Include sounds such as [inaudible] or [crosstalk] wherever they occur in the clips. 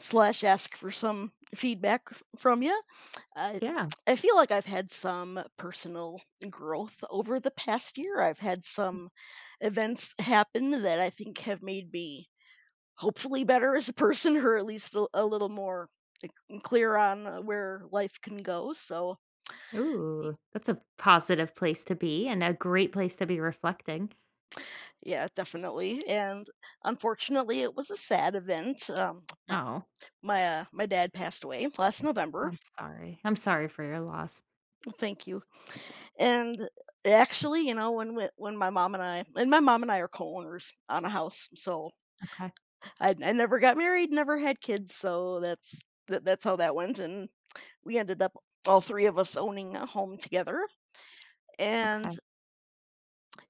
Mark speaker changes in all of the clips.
Speaker 1: Slash Ask for some feedback from you. I
Speaker 2: Yeah.
Speaker 1: I feel like I've had some personal growth over the past year. I've had some events happen that I think have made me hopefully better as a person, or at least a little more clear on where life can go. So y-
Speaker 2: Ooh, that's a positive place to be and a great place to be reflecting.
Speaker 1: yeah, definitely. And unfortunately, it was a sad event. Um, my
Speaker 2: Oh,
Speaker 1: my, uh, my dad passed away last November.
Speaker 2: I'm sorry. I'm sorry for your loss.
Speaker 1: Thank you. And actually, you know, when my mom and I are co-owners on a house, so
Speaker 2: Okay.
Speaker 1: I never got married, never had kids, so that's how that went, and we ended up all three of us owning a home together. And
Speaker 2: Okay.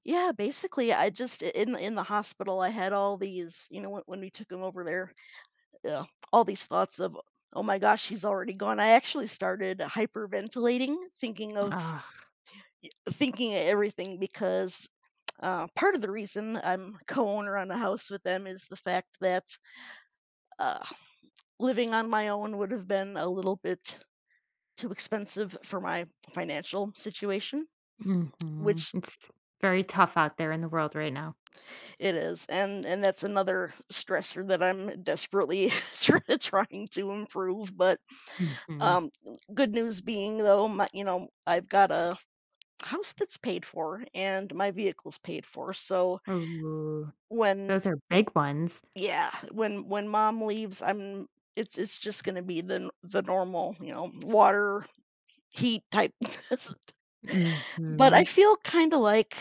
Speaker 1: yeah, basically, I just in the hospital, I had all these, you know, when we took him over there, uh, all these thoughts of, oh my gosh, he's already gone. I actually started hyperventilating, thinking of
Speaker 2: Ah,
Speaker 1: thinking of everything because part of the reason I'm [laughs] co-owner on a house with them is the fact that uh, living on my own would have been a little bit too expensive for my financial situation,
Speaker 2: mhm.
Speaker 1: which
Speaker 2: It's very tough out there in the world right now.
Speaker 1: it is, and that's another stressor that I'm desperately [laughs] trying to improve. But
Speaker 2: Mhm.
Speaker 1: um, good news being though, my, you know, I've got a house that's paid for and my vehicle's paid for, so
Speaker 2: Ooh,
Speaker 1: when
Speaker 2: those are big ones.
Speaker 1: yeah, when mom leaves, I'm it's just gonna be the normal, you know, water, heat type. [laughs] But I
Speaker 2: Mhm.
Speaker 1: feel kinda like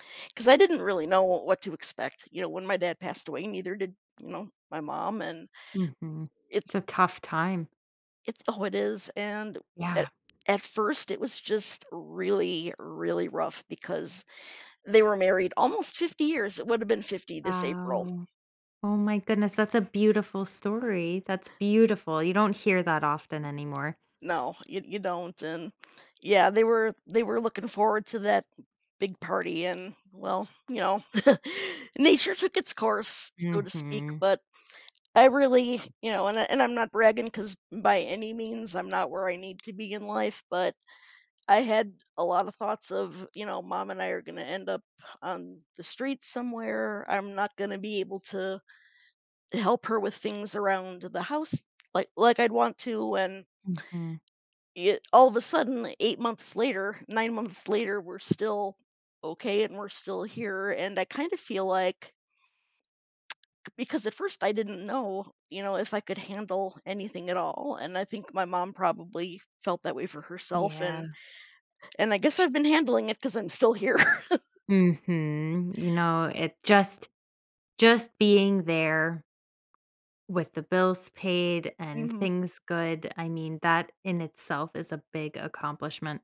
Speaker 1: like, cause I didn't really know what to expect, you know, when my dad passed away, neither did, you know, my mom, and
Speaker 2: Mhm. It's a
Speaker 1: it's
Speaker 2: tough time.
Speaker 1: it's oh, it is, and
Speaker 2: Yeah.
Speaker 1: at at first, it was just really, really rough because they were married almost 50 years. It would have been 50 this April.
Speaker 2: Wow. Oh my goodness, that's a beautiful story. That's beautiful. You don't hear that often anymore.
Speaker 1: No, you don't, and yeah, they were looking forward to that big party, and well, you know, [laughs] nature took its course, so to speak.
Speaker 2: Mhm.
Speaker 1: But I really, you know, and I'm not bragging, cause by any means I'm not where I need to be in life, but I had a lot of thoughts of, you know, mom and I are going to end up on the streets somewhere. I'm not going to be able to help her with things around the house like I'd want to, and
Speaker 2: Mhm.
Speaker 1: it all of a sudden 8 months later, 9 months later, we're still okay and we're still here, and I kind of feel like because at first I didn't know, you know, if I could handle anything at all, and I think my mom probably felt that way for herself,
Speaker 2: Yeah.
Speaker 1: and I guess I've been handling it because 'cause I'm still here. [laughs]
Speaker 2: Mhm. It just being there with the bills paid and
Speaker 1: Mhm.
Speaker 2: things good, I mean, that in itself is a big accomplishment.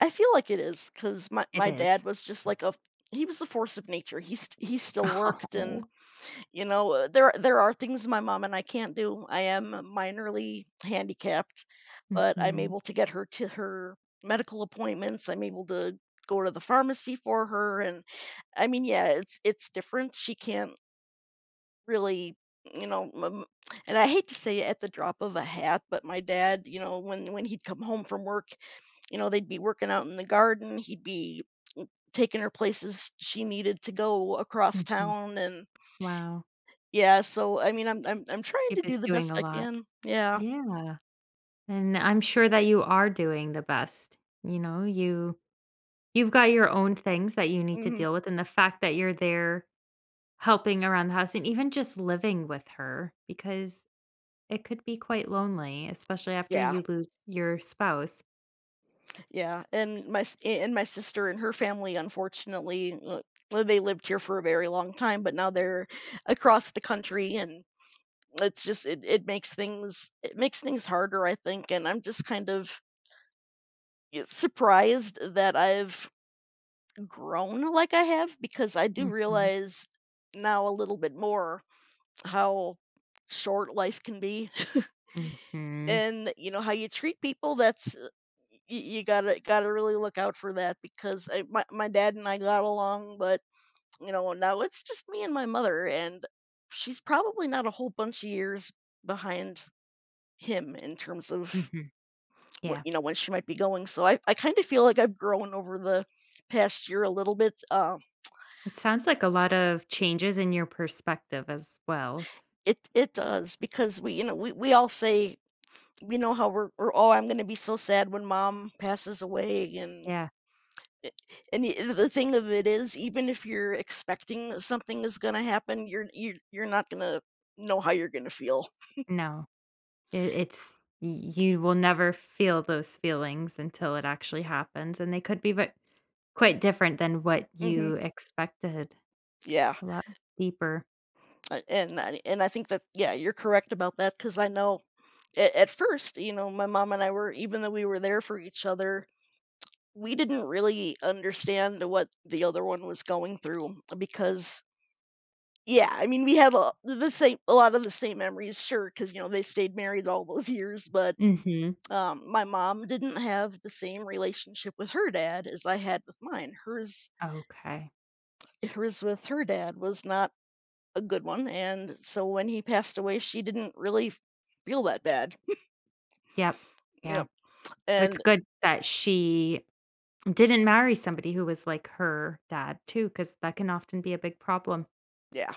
Speaker 1: I feel like it is because my
Speaker 2: It
Speaker 1: my
Speaker 2: is.
Speaker 1: dad was just like a He was a force of nature. He still
Speaker 2: [laughs]
Speaker 1: worked. And
Speaker 2: Oh.
Speaker 1: you know, there are things my mom and I can't do. I am minorly handicapped, but I'm
Speaker 2: Mhm.
Speaker 1: able to get her to her medical appointments. I'm able to go to the pharmacy for her, and I mean, yeah, it's different. She can't really, you know, and I hate to say it, at the drop of a hat, but my dad, you know, when he'd come home from work, you know, they'd be working out in the garden. He'd be mm, taking her places she needed to go across
Speaker 2: Mhm.
Speaker 1: town, and
Speaker 2: Wow.
Speaker 1: yeah, so, I mean, I'm trying
Speaker 2: It
Speaker 1: to
Speaker 2: is
Speaker 1: do the
Speaker 2: doing a
Speaker 1: best I
Speaker 2: lot.
Speaker 1: can. Yeah.
Speaker 2: Yeah. And I'm sure that you are doing the best. You've got your own things that you need to
Speaker 1: Mhm.
Speaker 2: deal with, and the fact that you're there helping around the house and even just living with her, because it could be quite lonely, especially after
Speaker 1: Yeah,
Speaker 2: you lose your spouse.
Speaker 1: yeah, and my sister and her family, unfortunately, well, they lived here for a very long time, but now they're across the country, and it's just it makes things harder, I think, and I'm just kind of, surprised that I've grown like I have because I do
Speaker 2: Mhm,
Speaker 1: realize now a little bit more how short life can be. [laughs]
Speaker 2: mhm,
Speaker 1: And you know, how you treat people, that's you gotta really look out for that because my dad and I got along, but you know now it's just me and my mother, and she's probably not a whole bunch of years behind him in terms of
Speaker 2: mhm,
Speaker 1: what,
Speaker 2: yeah.
Speaker 1: you know, when she might be going. So I kind of feel like I've grown over the past year a little bit.
Speaker 2: It sounds like a lot of changes in your perspective as well.
Speaker 1: It it does because we all say we know how we're oh, I'm going to be so sad when mom passes away, and
Speaker 2: Yeah,
Speaker 1: it- the thing of it is, even if you're expecting that something is going to happen, you're not going to know how you're going to feel.
Speaker 2: no, it's y you will never feel those feelings until it actually happens, and they could be ve quite different than what
Speaker 1: Hmm.
Speaker 2: you expected,
Speaker 1: Yeah.
Speaker 2: a lot deeper.
Speaker 1: And I think that, yeah, you're correct about that because I know at first, you know, my mom and I were, even though we were there for each other, we didn't really understand what the other one was going through because yeah, I mean, the same, a lot of the same memories, sure, because you know they stayed married all those years, but
Speaker 2: Mhm,
Speaker 1: My mom didn't have the same relationship with her dad as I had with mine. Hers
Speaker 2: okay,
Speaker 1: hers with her dad was not a good one, and so when he passed away, she didn't really feel that bad.
Speaker 2: yep, yeah.
Speaker 1: Yep.
Speaker 2: It's
Speaker 1: And
Speaker 2: good that she didn't marry somebody who was like her dad too, because that can often be a big problem.
Speaker 1: yeah,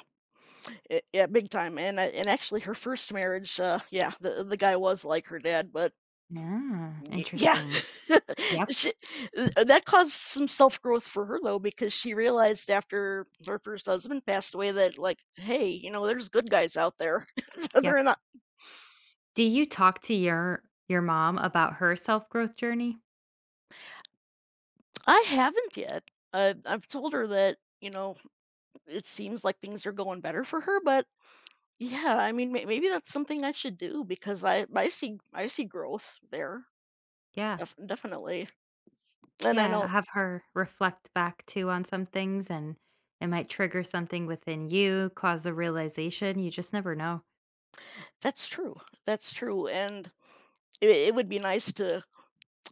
Speaker 1: it, yeah, big time. And actually, her first marriage, yeah, the guy was like her dad, but
Speaker 2: Yeah,
Speaker 1: Y yeah.
Speaker 2: interesting.
Speaker 1: [laughs]
Speaker 2: Yep,
Speaker 1: She That caused some self-growth for her, though, because she realized after her first husband passed away that, like, "Hey, you know, there's good guys out there." [laughs]
Speaker 2: yep.
Speaker 1: They're not.
Speaker 2: Do you talk to your mom about her self-growth journey?
Speaker 1: I haven't yet. I've told her that, you know, it seems like things are going better for her, but yeah, I mean, maybe that's something I should do because I see growth there,
Speaker 2: Yeah,
Speaker 1: definitely, and I
Speaker 2: yeah,
Speaker 1: know
Speaker 2: have her reflect back too on some things, and it might trigger something within you, cause a realization, you just never know.
Speaker 1: that's true, that's true, and it would be nice to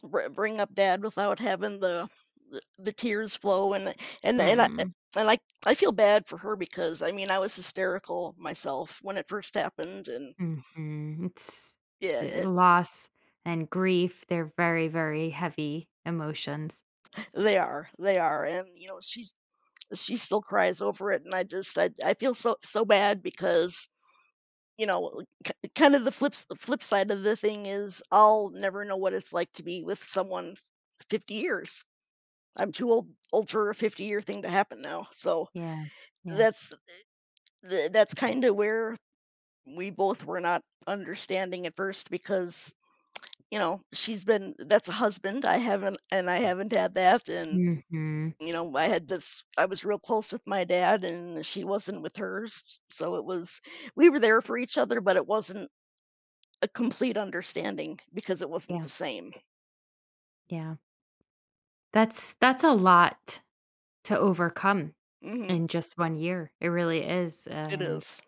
Speaker 1: bring up dad without having the tears flow, and
Speaker 2: Mm,
Speaker 1: and I I feel bad for her because I mean I was hysterical myself when it first happened, and
Speaker 2: mhm, it's
Speaker 1: yeah
Speaker 2: the
Speaker 1: it,
Speaker 2: loss and grief, they're very, very heavy emotions.
Speaker 1: they are. And you know, she's she still cries over it, and I just I feel so bad because you know kind of the flip side of the thing is, I'll never know what it's like to be with someone 50 years. I'm too old for a 50-year thing to happen now. So
Speaker 2: Yeah, yeah.
Speaker 1: that's Th that's kinda where we both were not understanding at first because, you know, she's been that's a husband, I haven't, and I haven't had that, and,
Speaker 2: Mhm.
Speaker 1: you know, I had this, I was real close with my dad, and she wasn't with hers, so it was we were there for each other, but it wasn't a complete understanding because it wasn't
Speaker 2: Yeah,
Speaker 1: the same.
Speaker 2: yeah. That's a lot to overcome
Speaker 1: Mhm.
Speaker 2: in just 1 year. It really is,
Speaker 1: It
Speaker 2: and
Speaker 1: is.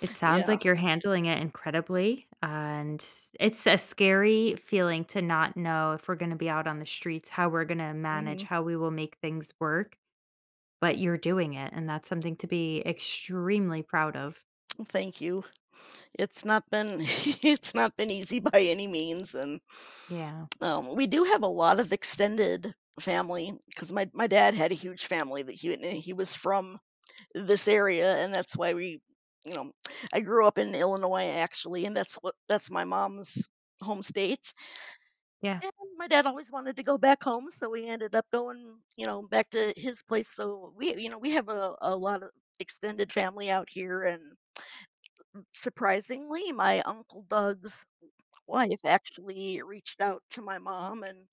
Speaker 2: it sounds
Speaker 1: Yeah.
Speaker 2: like you're handling it incredibly, and it's a scary feeling to not know if we're gonna be out on the streets, how we're gonna manage,
Speaker 1: Mhm.
Speaker 2: how we will make things work, but you're doing it, and that's something to be extremely proud of.
Speaker 1: Thank you. It's not been [laughs] it's not been easy by any means, and
Speaker 2: Yeah,
Speaker 1: We do have a lot of extended family because my dad had a huge family that he was from this area, and that's why we, you know, I grew up in Illinois actually, and that's what that's my mom's home state.
Speaker 2: yeah.
Speaker 1: And my dad always wanted to go back home, so we ended up going, you know, back to his place. So we, you know, we have a lot of extended family out here, and surprisingly, my uncle Doug's wife actually reached out to my mom and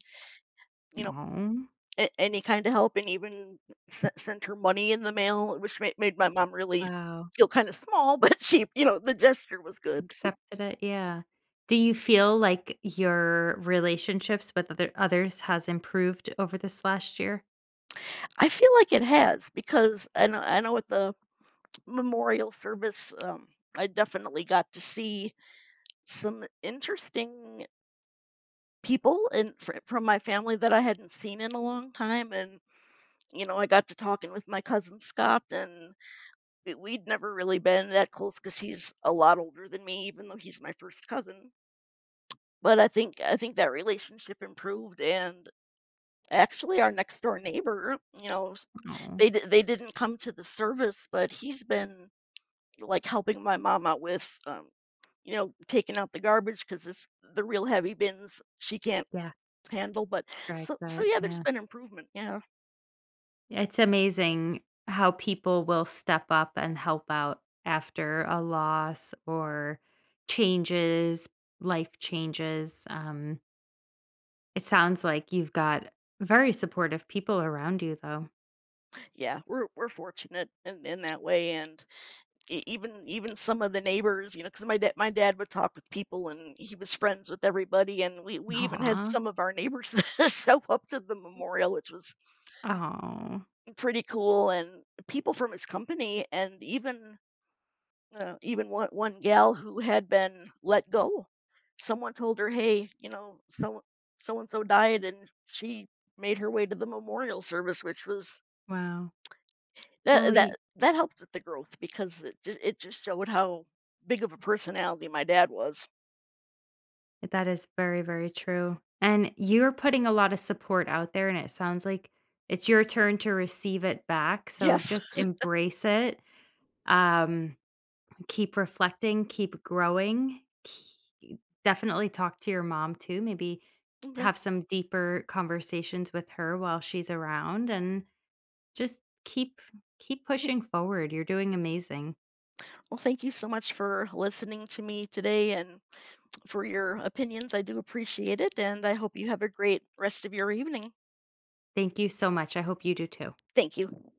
Speaker 1: you know,
Speaker 2: Oh,
Speaker 1: any kind of help, and even sent her money in the mail, which made my mom really
Speaker 2: wow.
Speaker 1: feel kind of small, [laughs] but she, you know, the gesture was good.
Speaker 2: Accepted it, yeah. Do you feel like your relationships with others has improved over this last year?
Speaker 1: I feel like it has because I know at the memorial service, I definitely got to see some interesting people, and from my family that I hadn't seen in a long time. And, you know, I got to talking with my cousin Scott, and we'd never really been that close because he's a lot older than me, even though he's my first cousin. But I think that relationship improved, and actually, our next door neighbor, you know,
Speaker 2: Oh,
Speaker 1: they they didn't come to the service, but he's been like helping my mom out with, you know, taking out the garbage because it's the real heavy bins she can't
Speaker 2: yeah,
Speaker 1: handle. But
Speaker 2: drag
Speaker 1: so so
Speaker 2: that,
Speaker 1: yeah, there's
Speaker 2: yeah.
Speaker 1: been improvement. Yeah,
Speaker 2: It's amazing how people will step up and help out after a loss or changes, life changes, it sounds like you've got very supportive people around you, though.
Speaker 1: yeah, we're fortunate in that way, and even some of the neighbors, you know, because my dad would talk with people and he was friends with everybody, and we even had
Speaker 2: Aw.
Speaker 1: some of our neighbors [laughs] show up to the memorial, which was
Speaker 2: Oh,
Speaker 1: pretty cool, and people from his company, and even even one gal who had been let go, someone told her, hey, you know, so so and so died, and she made her way to the memorial service, which was
Speaker 2: wow. Well,
Speaker 1: that that
Speaker 2: y
Speaker 1: that helped with the growth because it just showed how big of a personality my dad was.
Speaker 2: that is very, very true. And you're putting a lot of support out there, and it sounds like it's your turn to receive it back. So
Speaker 1: Yes.
Speaker 2: just embrace it. Um, Keep reflecting, keep growing. Keep, definitely talk to your mom too. Maybe
Speaker 1: Okay.
Speaker 2: have some deeper conversations with her while she's around and just keep keep pushing forward. You're doing amazing.
Speaker 1: Well, thank you so much for listening to me today and for your opinions. I do appreciate it, and I hope you have a great rest of your evening.
Speaker 2: Thank you so much. I hope you do too.
Speaker 1: Thank you.